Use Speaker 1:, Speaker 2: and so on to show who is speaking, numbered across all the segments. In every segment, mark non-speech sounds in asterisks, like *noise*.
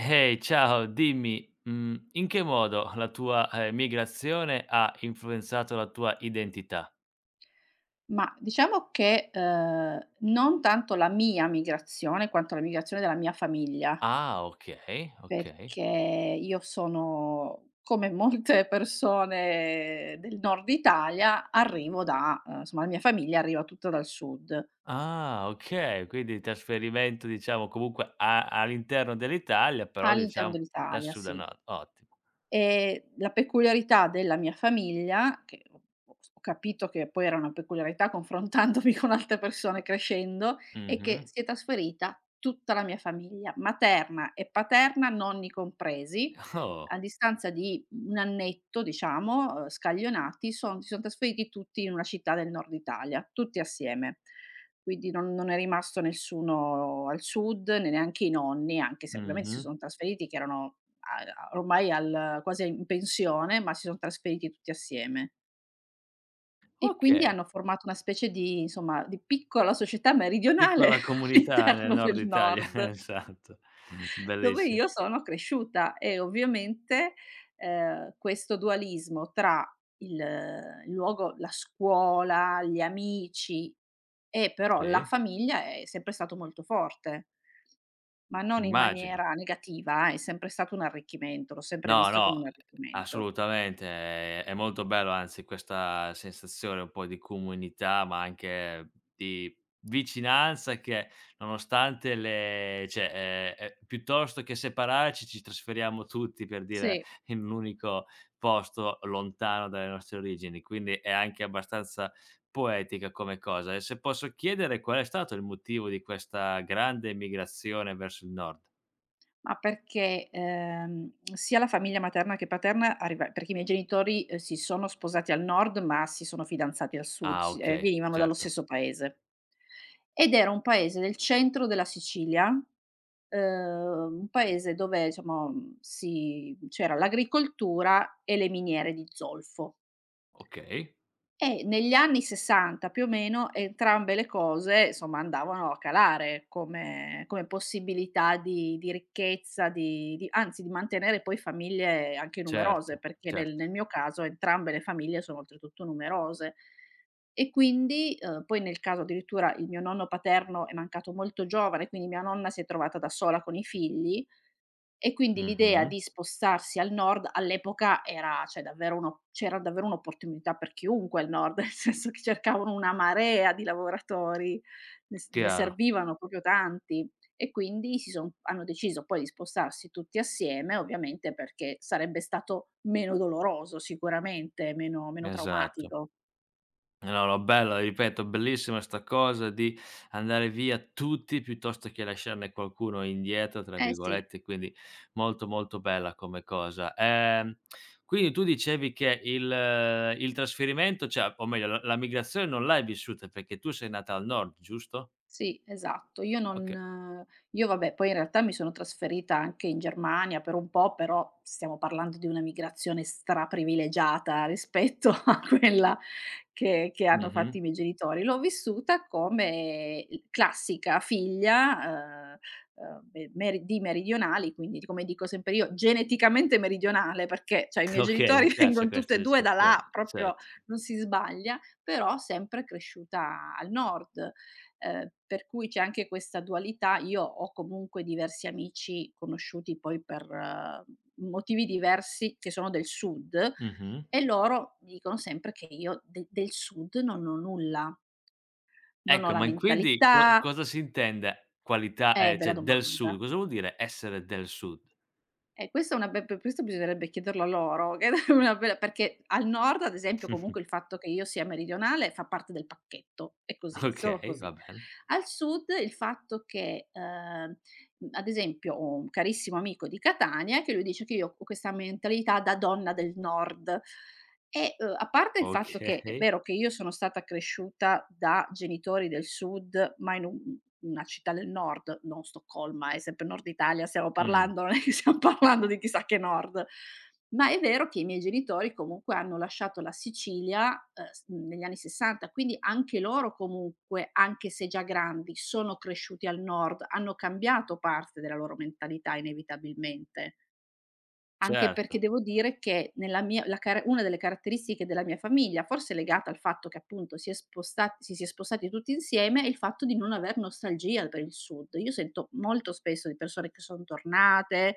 Speaker 1: Ehi, ciao, dimmi, mhmm, in che modo la tua, migrazione ha influenzato la tua identità?
Speaker 2: Ma diciamo che, non tanto la mia migrazione, quanto la migrazione della mia famiglia,
Speaker 1: Ah, okay, okay.
Speaker 2: perché io sono, come molte *laughs* persone del nord Italia, arrivo da insomma la mia famiglia arriva tutta dal sud,
Speaker 1: Ah, okay, quindi il trasferimento diciamo comunque a all'interno dell'Italia, però
Speaker 2: all'interno
Speaker 1: diciamo da
Speaker 2: dell'Italia,
Speaker 1: sud a
Speaker 2: sì.
Speaker 1: nord, ottimo.
Speaker 2: La peculiarità della mia famiglia, che ho capito che poi era una peculiarità confrontandomi *laughs* con altre persone crescendo, è che
Speaker 1: Mh-mh.
Speaker 2: si è trasferita tutta la mia famiglia, materna e paterna, nonni compresi,
Speaker 1: Oh,
Speaker 2: a distanza di un annetto, diciamo, scaglionati, son trasferiti tutti in una città del nord Italia, tutti assieme. Quindi non è rimasto nessuno al sud, né neanche i nonni, anche se ovviamente si
Speaker 1: mh-mh.
Speaker 2: son trasferiti che erano a ormai al quasi a in pensione, ma si son trasferiti tutti assieme. E quindi
Speaker 1: Okay,
Speaker 2: hanno formato una specie di, insomma, di piccola società meridionale
Speaker 1: piccola
Speaker 2: *laughs*
Speaker 1: comunità nel
Speaker 2: all'interno del
Speaker 1: nord Italia,
Speaker 2: nord.
Speaker 1: *laughs* esatto.
Speaker 2: Dove
Speaker 1: Bellissimo.
Speaker 2: io sono cresciuta e ovviamente, questo dualismo tra il luogo la scuola, gli amici e però la
Speaker 1: Sì,
Speaker 2: famiglia è sempre stato molto forte, ma non in
Speaker 1: immagino.
Speaker 2: maniera negativa, è sempre stato un arricchimento, l'ho sempre
Speaker 1: No,
Speaker 2: visto
Speaker 1: no,
Speaker 2: come un arricchimento.
Speaker 1: assolutamente, è molto bello, anzi, questa sensazione un po' di comunità, ma anche di vicinanza che nonostante le cioè, piuttosto che separarci, ci trasferiamo tutti, per dire,
Speaker 2: Sì.
Speaker 1: in un unico posto lontano dalle nostre origini, quindi è anche abbastanza poetica come cosa. E se posso chiedere qual è stato il motivo di questa grande migrazione verso il nord?
Speaker 2: Ma perché, sia la famiglia materna che paterna arriva perché i miei genitori, si sono sposati al nord, ma si sono fidanzati al sud,
Speaker 1: Ah, okay,
Speaker 2: venivano dallo
Speaker 1: certo.
Speaker 2: stesso paese. Ed era un paese del centro della Sicilia, un paese dove diciamo, c'era l'agricoltura e le miniere di zolfo.
Speaker 1: Okay.
Speaker 2: Negli anni '60 più o meno entrambe le cose, insomma, andavano a calare come come possibilità di ricchezza, di anzi di mantenere poi famiglie anche
Speaker 1: Certo,
Speaker 2: numerose, perché nel
Speaker 1: certo.
Speaker 2: nel mio caso entrambe le famiglie sono oltretutto numerose. E quindi, poi nel caso addirittura il mio nonno paterno è mancato molto giovane, quindi mia nonna si è trovata da sola con i figli e quindi l'idea
Speaker 1: Mh-mh.
Speaker 2: di spostarsi al nord all'epoca era cioè davvero uno c'era davvero un'opportunità per chiunque al nord, *laughs* nel senso che cercavano una marea di lavoratori, ne
Speaker 1: Chiaro,
Speaker 2: servivano proprio tanti e quindi si son hanno deciso poi di spostarsi tutti assieme, ovviamente perché sarebbe stato meno doloroso sicuramente, meno
Speaker 1: esatto.
Speaker 2: traumatico.
Speaker 1: No, no, bella, ripeto, bellissima sta cosa di andare via tutti piuttosto che lasciarne qualcuno "indietro", tra
Speaker 2: Eh sì.
Speaker 1: virgolette, quindi molto, molto bella come cosa. Quindi tu dicevi che il trasferimento cioè, o meglio, la migrazione non l'hai vissuta perché tu sei nata al nord, giusto?
Speaker 2: Sì, esatto. Io
Speaker 1: Oka
Speaker 2: non Io vabbè, poi in realtà mi sono trasferita anche in Germania per un po', però stiamo parlando di una migrazione straprivilegiata rispetto *laughs* a quella che hanno
Speaker 1: mh-mh.
Speaker 2: fatto i miei
Speaker 1: *laughs*
Speaker 2: genitori. L'ho vissuta come l classica figlia, me meri di meridionali, quindi come dico sempre io, geneticamente meridionale, perché cioè i miei
Speaker 1: Okay,
Speaker 2: genitori
Speaker 1: mi
Speaker 2: *laughs*
Speaker 1: piace
Speaker 2: vengon tutte
Speaker 1: questa
Speaker 2: e 2 da là,
Speaker 1: descrizione,
Speaker 2: proprio
Speaker 1: certo.
Speaker 2: non si sbaglia, però sempre cresciuta al nord, per cui c'è anche questa dualità. Io ho comunque diversi amici conosciuti poi per motivi diversi che sono del sud,
Speaker 1: Mh-mh.
Speaker 2: e loro mi dicono sempre che io de del sud non ho nulla, non ho
Speaker 1: Ecco,
Speaker 2: la
Speaker 1: ma in quindi co
Speaker 2: mentalità
Speaker 1: cosa si intende qualità
Speaker 2: bella
Speaker 1: cioè del sud?
Speaker 2: domanda.
Speaker 1: Cosa vuol dire essere del sud?
Speaker 2: Questa è una be pe questo bisognerebbe chiederlo a loro, *laughs* che è una bella perché al nord, ad esempio, comunque il
Speaker 1: *laughs*
Speaker 2: fatto che io sia meridionale fa parte del pacchetto, è così, solo
Speaker 1: Okay,
Speaker 2: così.
Speaker 1: va bene.
Speaker 2: Al sud il fatto che, ad esempio ho un carissimo amico di Catania che lui dice che io ho questa mentalità da donna del nord e, a parte il fatto che è
Speaker 1: Okay.
Speaker 2: vero che io sono stata cresciuta da genitori del sud, ma in un una città del nord, non Stoccolma, è sempre Nord Italia, stiamo
Speaker 1: Mh,
Speaker 2: parlando, non è che stiamo parlando di chissà che nord. Ma è vero che i miei genitori comunque hanno lasciato la Sicilia, s negli anni '60, quindi anche loro comunque, anche se già grandi, sono cresciuti al nord, hanno cambiato parte della loro mentalità inevitabilmente. Anche perché
Speaker 1: certo.
Speaker 2: devo dire che nella mia la car una delle caratteristiche della mia famiglia, forse legata al fatto che appunto si è spostati tutti insieme, è il fatto di non aver nostalgia per il sud. Io sento molto spesso di persone che son tornate,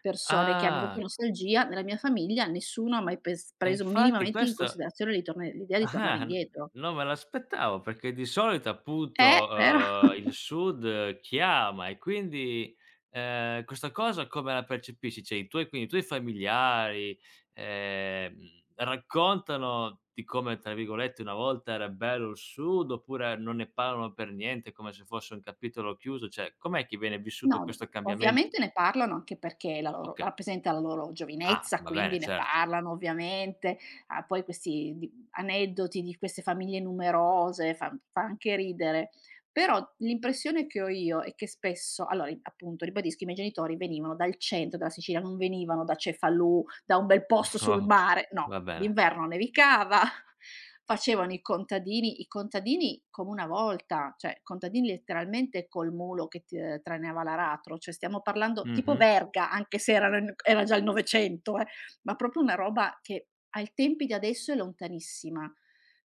Speaker 2: persone che hanno proprio
Speaker 1: Ah,
Speaker 2: nostalgia, nella mia famiglia nessuno ha mai pes
Speaker 1: e
Speaker 2: preso
Speaker 1: infatti
Speaker 2: minimamente in
Speaker 1: questo
Speaker 2: considerazione di torna l'idea di tornare
Speaker 1: Ah, n
Speaker 2: indietro.
Speaker 1: Non me l'aspettavo perché di solito appunto,
Speaker 2: Vero?
Speaker 1: il
Speaker 2: *laughs*
Speaker 1: sud chiama e quindi, questa cosa come la percepisci? Cioè i tuoi quindi i tuoi familiari, ehm, raccontano di come, tra virgolette, "una volta era bello il sud" oppure non ne parlano per niente come se fosse un capitolo chiuso? Cioè com'è che viene vissuto
Speaker 2: No,
Speaker 1: questo cambiamento?
Speaker 2: ovviamente ne parlano anche perché la loro
Speaker 1: Okay.
Speaker 2: rappresenta la loro
Speaker 1: Ah,
Speaker 2: giovinezza,
Speaker 1: va bene,
Speaker 2: quindi ne
Speaker 1: certo.
Speaker 2: parlano ovviamente. Ah, poi questi di aneddoti di queste famiglie numerose fa anche ridere. Però l'impressione che ho io è che spesso allora, appunto, ribadisco, i miei genitori venivano dal centro della Sicilia, non venivano da Cefalù, da un bel posto
Speaker 1: *laughs*
Speaker 2: sul
Speaker 1: Oh,
Speaker 2: mare, no,
Speaker 1: va bene.
Speaker 2: d'inverno nevicava. *laughs* Facevano i contadini come una volta, cioè contadini letteralmente col mulo che ti trainava l'aratro, cioè stiamo parlando tipo
Speaker 1: Mh-mh.
Speaker 2: verga, anche se era già il '900 ma proprio una roba che ai tempi di adesso è lontanissima.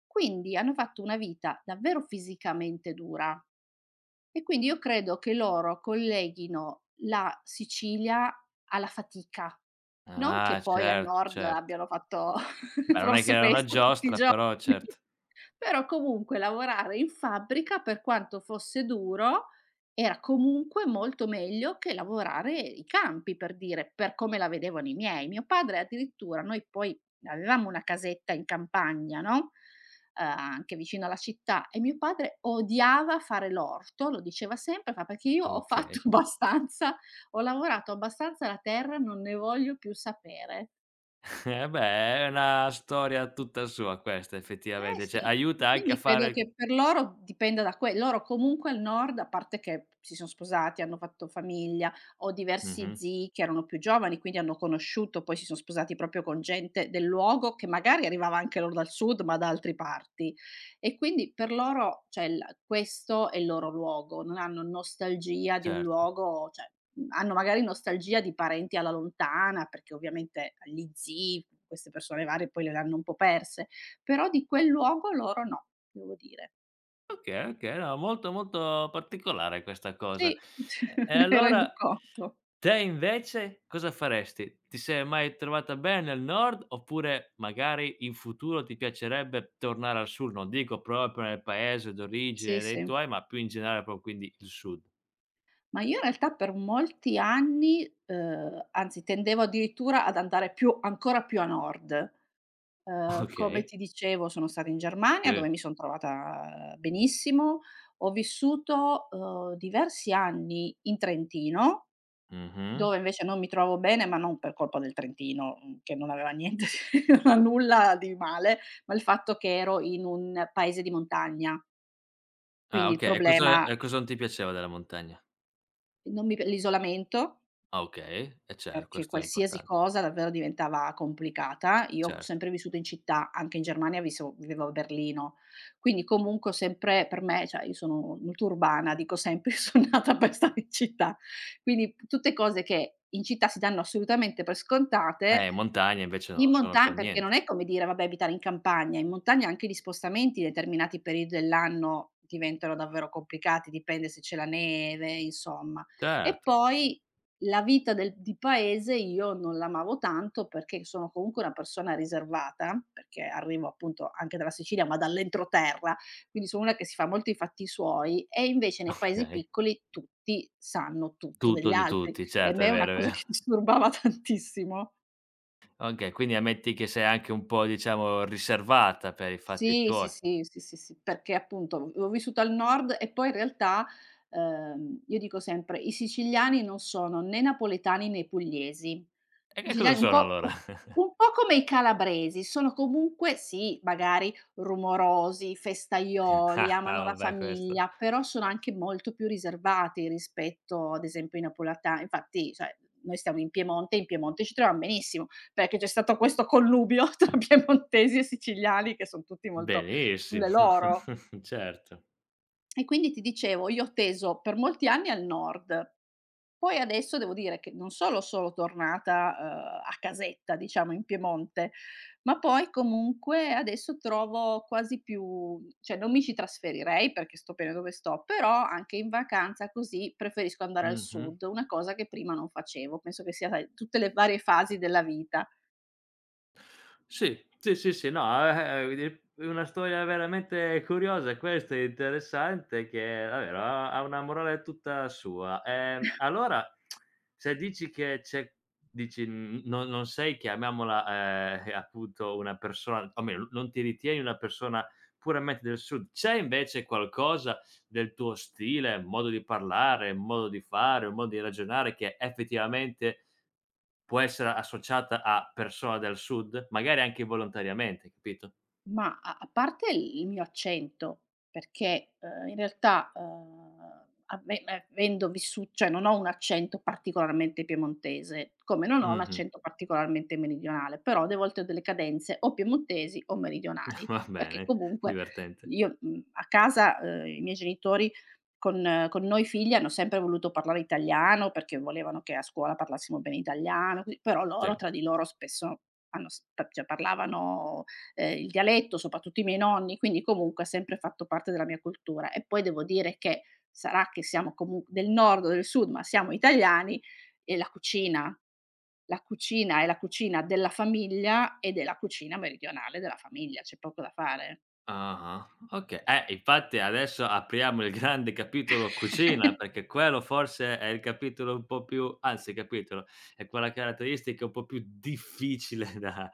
Speaker 2: Quindi hanno fatto una vita davvero fisicamente dura e quindi io credo che loro colleghino la Sicilia alla fatica, non che
Speaker 1: Ah,
Speaker 2: poi al
Speaker 1: certo,
Speaker 2: nord
Speaker 1: certo.
Speaker 2: abbiano fatto *laughs*
Speaker 1: Beh, non è che
Speaker 2: forse
Speaker 1: era una
Speaker 2: festa tutti i
Speaker 1: giostra,
Speaker 2: giorni.
Speaker 1: però certo.
Speaker 2: *laughs* Però comunque lavorare in fabbrica, per quanto fosse duro, era comunque molto meglio che lavorare i campi, per dire, per come la vedevano i miei. Mio padre addirittura noi poi avevamo una casetta in campagna, no, anche vicino alla città, e mio padre odiava fare l'orto, lo diceva sempre, fa: "Perché io ho fatto
Speaker 1: Okay.
Speaker 2: *laughs* abbastanza, ho lavorato abbastanza la terra, non ne voglio più sapere".
Speaker 1: *laughs* Eh beh, è una storia tutta sua questa
Speaker 2: Eh
Speaker 1: effettivamente, cioè
Speaker 2: sì, e
Speaker 1: aiuta anche a
Speaker 2: quindi credo
Speaker 1: fare
Speaker 2: che per loro dipenda da que loro comunque al nord, a parte che si son sposati, hanno fatto famiglia, ho diversi
Speaker 1: mh-mh,
Speaker 2: zii che erano più giovani, quindi hanno conosciuto, poi si son sposati proprio con gente del luogo che magari arrivava anche loro dal sud, ma da altre parti. E quindi per loro, cioè il questo è il loro luogo, non hanno nostalgia di un
Speaker 1: certo.
Speaker 2: luogo, cioè, hanno magari nostalgia di parenti alla lontana, perché ovviamente gli zii, queste persone varie poi le hanno un po' perse. Però di quel luogo loro no, devo dire.
Speaker 1: Okay, okay, no, molto, molto particolare questa cosa.
Speaker 2: Sì,
Speaker 1: E
Speaker 2: *laughs*
Speaker 1: e
Speaker 2: me ne rendo
Speaker 1: allora
Speaker 2: conto.
Speaker 1: te invece cosa faresti? Ti sei mai trovata bene al nord, oppure magari in futuro ti piacerebbe tornare al sud? Non dico proprio nel paese
Speaker 2: Sì,
Speaker 1: d'origine dei
Speaker 2: sì.
Speaker 1: tuoi, ma più in generale pro quindi il sud.
Speaker 2: Ma io in realtà per molti anni, anzi tendevo addirittura ad andare più ancora più a nord. Come
Speaker 1: Okay,
Speaker 2: ti dicevo sono stata in Germania dove
Speaker 1: sì.
Speaker 2: mi son trovata benissimo, ho vissuto, diversi anni in Trentino.
Speaker 1: Mh-mh.
Speaker 2: Dove invece non mi trovo bene, ma non per colpa del Trentino, che non aveva niente non ha *laughs* nulla di male, ma il fatto che ero in un paese di montagna,
Speaker 1: Ah
Speaker 2: quindi il
Speaker 1: okay, e
Speaker 2: problema
Speaker 1: cosa non ti piaceva della montagna?
Speaker 2: non mi p l'isolamento,
Speaker 1: Ah okay, e cer
Speaker 2: perché
Speaker 1: questo è
Speaker 2: qualsiasi
Speaker 1: importante,
Speaker 2: cosa davvero diventava complicata. Io ho
Speaker 1: certo.
Speaker 2: sempre vissuto in città, anche in Germania viso vivevo a Berlino, quindi comunque ho sempre per me cioè io sono molto urbana, dico sempre: *laughs* "Io son nata per stare in città". Quindi tutte cose che in città si danno assolutamente per scontate.
Speaker 1: In montagna invece non
Speaker 2: In
Speaker 1: lo sono
Speaker 2: monta
Speaker 1: per
Speaker 2: Perché non
Speaker 1: niente.
Speaker 2: è come dire: "Vabbè abitare in campagna", in montagna anche gli spostamenti in determinati periodi dell'anno diventano davvero complicati, dipende se c'è la neve, insomma. E
Speaker 1: Certo,
Speaker 2: poi la vita del di paese io non l'amavo tanto perché sono comunque una persona riservata, perché arrivo appunto anche dalla Sicilia, ma dall'entroterra, quindi sono una che si fa molto i fatti suoi, e invece nei paesi
Speaker 1: okay.
Speaker 2: piccoli tutti sanno tutto degli
Speaker 1: Tutto di
Speaker 2: altri.
Speaker 1: tutti,
Speaker 2: E a
Speaker 1: certo,
Speaker 2: me
Speaker 1: è
Speaker 2: è una
Speaker 1: vero, è
Speaker 2: cosa che
Speaker 1: vero.
Speaker 2: *laughs* disturbava tantissimo.
Speaker 1: Okay, quindi ammetti che sei anche un po' diciamo riservata per i fatti
Speaker 2: Sì, sì,
Speaker 1: tuoi.
Speaker 2: sì, sì, sì, sì, perché appunto l'ho vissuto al nord e poi in realtà, io dico sempre: "I siciliani non sono né napoletani né pugliesi".
Speaker 1: E
Speaker 2: I
Speaker 1: che cosa
Speaker 2: siciliani
Speaker 1: sono allora? *laughs*
Speaker 2: un po' come i calabresi, sono comunque sì, magari rumorosi, festaioli,
Speaker 1: Ah, ah,
Speaker 2: amano la
Speaker 1: vabbè questo
Speaker 2: famiglia, però sono anche molto più riservati rispetto ad esempio ai napoleta infatti, cioè, noi stiamo in Piemonte ci troviamo benissimo perché c'è stato questo connubio *laughs* tra piemontesi e siciliani che son tutti molto sulle
Speaker 1: benissimo,
Speaker 2: loro.
Speaker 1: *laughs* certo.
Speaker 2: E quindi ti dicevo, io ho teso per molti anni al nord. Poi adesso devo dire che non solo sono tornata, a casetta diciamo in Piemonte, ma poi comunque adesso trovo quasi più cioè non mi ci trasferirei perché sto bene dove sto, però anche in vacanza così preferisco andare al
Speaker 1: Mh-mh.
Speaker 2: sud, una cosa che prima non facevo. Penso che sia, sai, tutte le varie fasi della vita.
Speaker 1: Sì, sì, sì, sì, no, di è una storia veramente curiosa questa e interessante che vabbè ha una morale tutta sua. Allora se dici che c'è dici n non non sei, chiamiamola, appunto una persona o almeno non ti ritieni una persona puramente del sud, c'è invece qualcosa del tuo stile, modo di parlare, modo di fare, un modo di ragionare che effettivamente può essere associata a persone del sud, magari anche volontariamente, capito?
Speaker 2: Ma a parte il mio accento, perché, in realtà, ave avendo vissu cioè non ho un accento particolarmente piemontese, come non ho un
Speaker 1: Mh-mh.
Speaker 2: accento particolarmente meridionale, però de volte ho delle cadenze o piemontesi o meridionali,
Speaker 1: *laughs* Va
Speaker 2: perché
Speaker 1: bene,
Speaker 2: comunque
Speaker 1: divertente.
Speaker 2: io, a casa, i miei genitori con noi figli hanno sempre voluto parlare italiano, perché volevano che a scuola parlassimo bene italiano, qui però loro
Speaker 1: Sì.
Speaker 2: tra di loro spesso hanno s p cioè parlavano il dialetto, soprattutto i miei nonni, quindi comunque ha sempre fatto parte della mia cultura. E poi devo dire che sarà che siamo comu del nord o del sud, ma siamo italiani e la cucina è la cucina della famiglia ed è la cucina meridionale della famiglia, c'è poco da fare.
Speaker 1: Ah-ah, oka infatti adesso apriamo il grande capitolo
Speaker 2: *laughs*
Speaker 1: cucina, perché quello forse è il capitolo un po' più è quella caratteristica un po' più difficile *laughs* da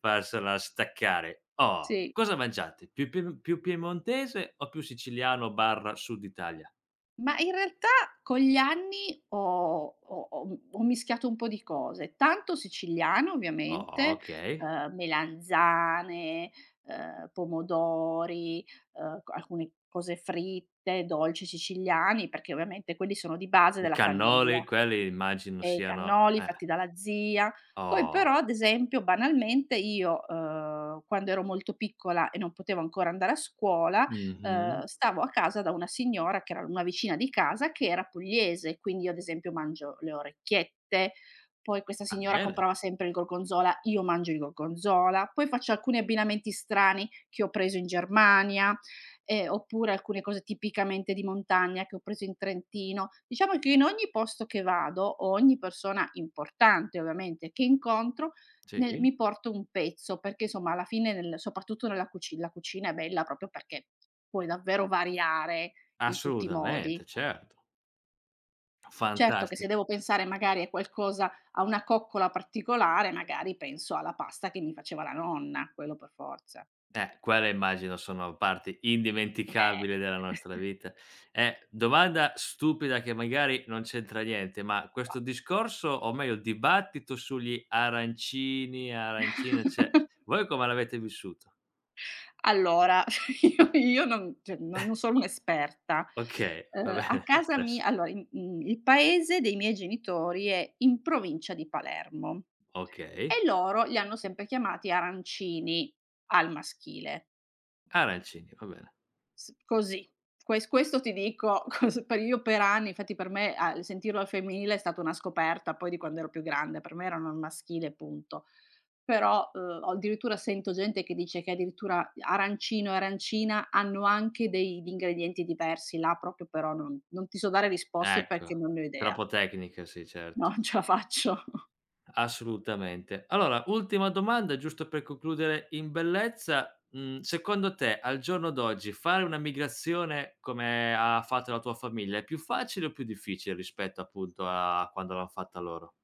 Speaker 1: farsela staccare. Oh,
Speaker 2: Sì.
Speaker 1: cosa mangiate? Più piemontese o più siciliano/Sud Italia?
Speaker 2: Ma in realtà con gli anni ho mischiato un po' di cose, tanto siciliano
Speaker 1: Oh,
Speaker 2: ovviamente,
Speaker 1: okay.
Speaker 2: melanzane, pomodori, c alcune cose fritte, dolci siciliani, perché ovviamente quelli sono di base
Speaker 1: I
Speaker 2: della
Speaker 1: cannoli,
Speaker 2: famiglia
Speaker 1: quelli immagino
Speaker 2: e i
Speaker 1: siano
Speaker 2: cannoli fatti dalla zia. Poi
Speaker 1: oh,
Speaker 2: però, ad esempio, banalmente io, quando ero molto piccola e non potevo ancora andare a scuola,
Speaker 1: mh-mh,
Speaker 2: stavo a casa da una signora che era una vicina di casa che era pugliese, quindi io ad esempio mangio le orecchiette, poi questa
Speaker 1: va
Speaker 2: signora
Speaker 1: bene,
Speaker 2: comprava sempre il gorgonzola, io mangio il gorgonzola, poi faccio alcuni abbinamenti strani che ho preso in Germania. Oppure alcune cose tipicamente di montagna che ho preso in Trentino. Diciamo che in ogni posto che vado, o ogni persona importante ovviamente che incontro, nel
Speaker 1: sì,
Speaker 2: mi porto un pezzo, perché insomma alla fine nel soprattutto nella cuci la cucina è bella proprio perché puoi davvero variare in tutti i modi.
Speaker 1: assolutamente, certo,
Speaker 2: Certo che se
Speaker 1: fantastico.
Speaker 2: devo pensare magari a qualcosa a una coccola particolare, magari penso alla pasta che mi faceva la nonna, quello per forza.
Speaker 1: Quelle immagino sono parti
Speaker 2: Eh.
Speaker 1: indimenticabili della nostra
Speaker 2: *laughs*
Speaker 1: vita. Domanda stupida che magari non c'entra niente, ma
Speaker 2: Vai.
Speaker 1: questo discorso, o meglio il dibattito sugli arancini, arancine, cioè
Speaker 2: *laughs*
Speaker 1: voi come l'avete vissuto?
Speaker 2: Allora, *laughs* io non cioè non
Speaker 1: *laughs*
Speaker 2: sono un'esperta.
Speaker 1: Okay, va
Speaker 2: A
Speaker 1: bene *laughs* lo
Speaker 2: casa mi
Speaker 1: stesso.
Speaker 2: allora i mhmm, Il paese dei miei genitori è in provincia di Palermo
Speaker 1: Okay,
Speaker 2: e loro li hanno sempre chiamati arancini al maschile,
Speaker 1: arancini, va bene.
Speaker 2: s così. Questo ti dico *laughs* cos per io per anni infatti per me, a sentirlo al femminile è stata una scoperta poi di quando ero più grande, per me erano al maschile e punto. Però, o addirittura sento gente che dice che addirittura arancino e arancina hanno anche degli ingredienti diversi, là proprio però non ti so dare risposte perché
Speaker 1: Ecco,
Speaker 2: non ne ho idea.
Speaker 1: troppo tecniche, sì,
Speaker 2: No, *laughs*
Speaker 1: certo.
Speaker 2: non ce la faccio.
Speaker 1: Assolutamente. Allora, ultima domanda, giusto per concludere in bellezza. Mhmm, secondo te, al giorno d'oggi, fare una migrazione come ha fatto la tua famiglia, è più facile o più difficile rispetto appunto a quando l'han fatta loro?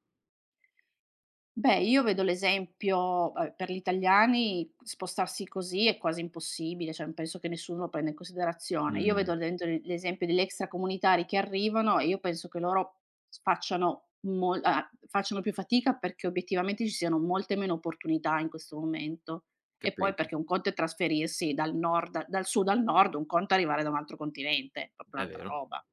Speaker 2: Beh, io vedo l'esempio, vabbè, per gli italiani spostarsi così è quasi impossibile, cioè, penso che nessuno lo prenda in considerazione. Io
Speaker 1: Mh,
Speaker 2: vedo dentro l'esempio degli extracomunitari che arrivano e io penso che loro s facciano mol a facciano più fatica perché obiettivamente ci siano molte meno opportunità in questo momento. E poi
Speaker 1: capito,
Speaker 2: perché un conto è trasferirsi dal sud al nord, un conto è arrivare da un altro continente, è proprio
Speaker 1: è
Speaker 2: un'altra
Speaker 1: vero.
Speaker 2: roba.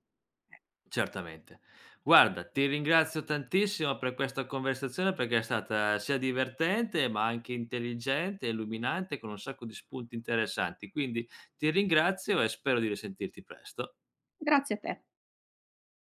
Speaker 2: Eh,
Speaker 1: Certamente. Guarda, ti ringrazio tantissimo per questa conversazione perché è stata sia divertente, ma anche intelligente, illuminante, con un sacco di spunti interessanti. Quindi ti ringrazio e spero di risentirti presto.
Speaker 2: grazie a te.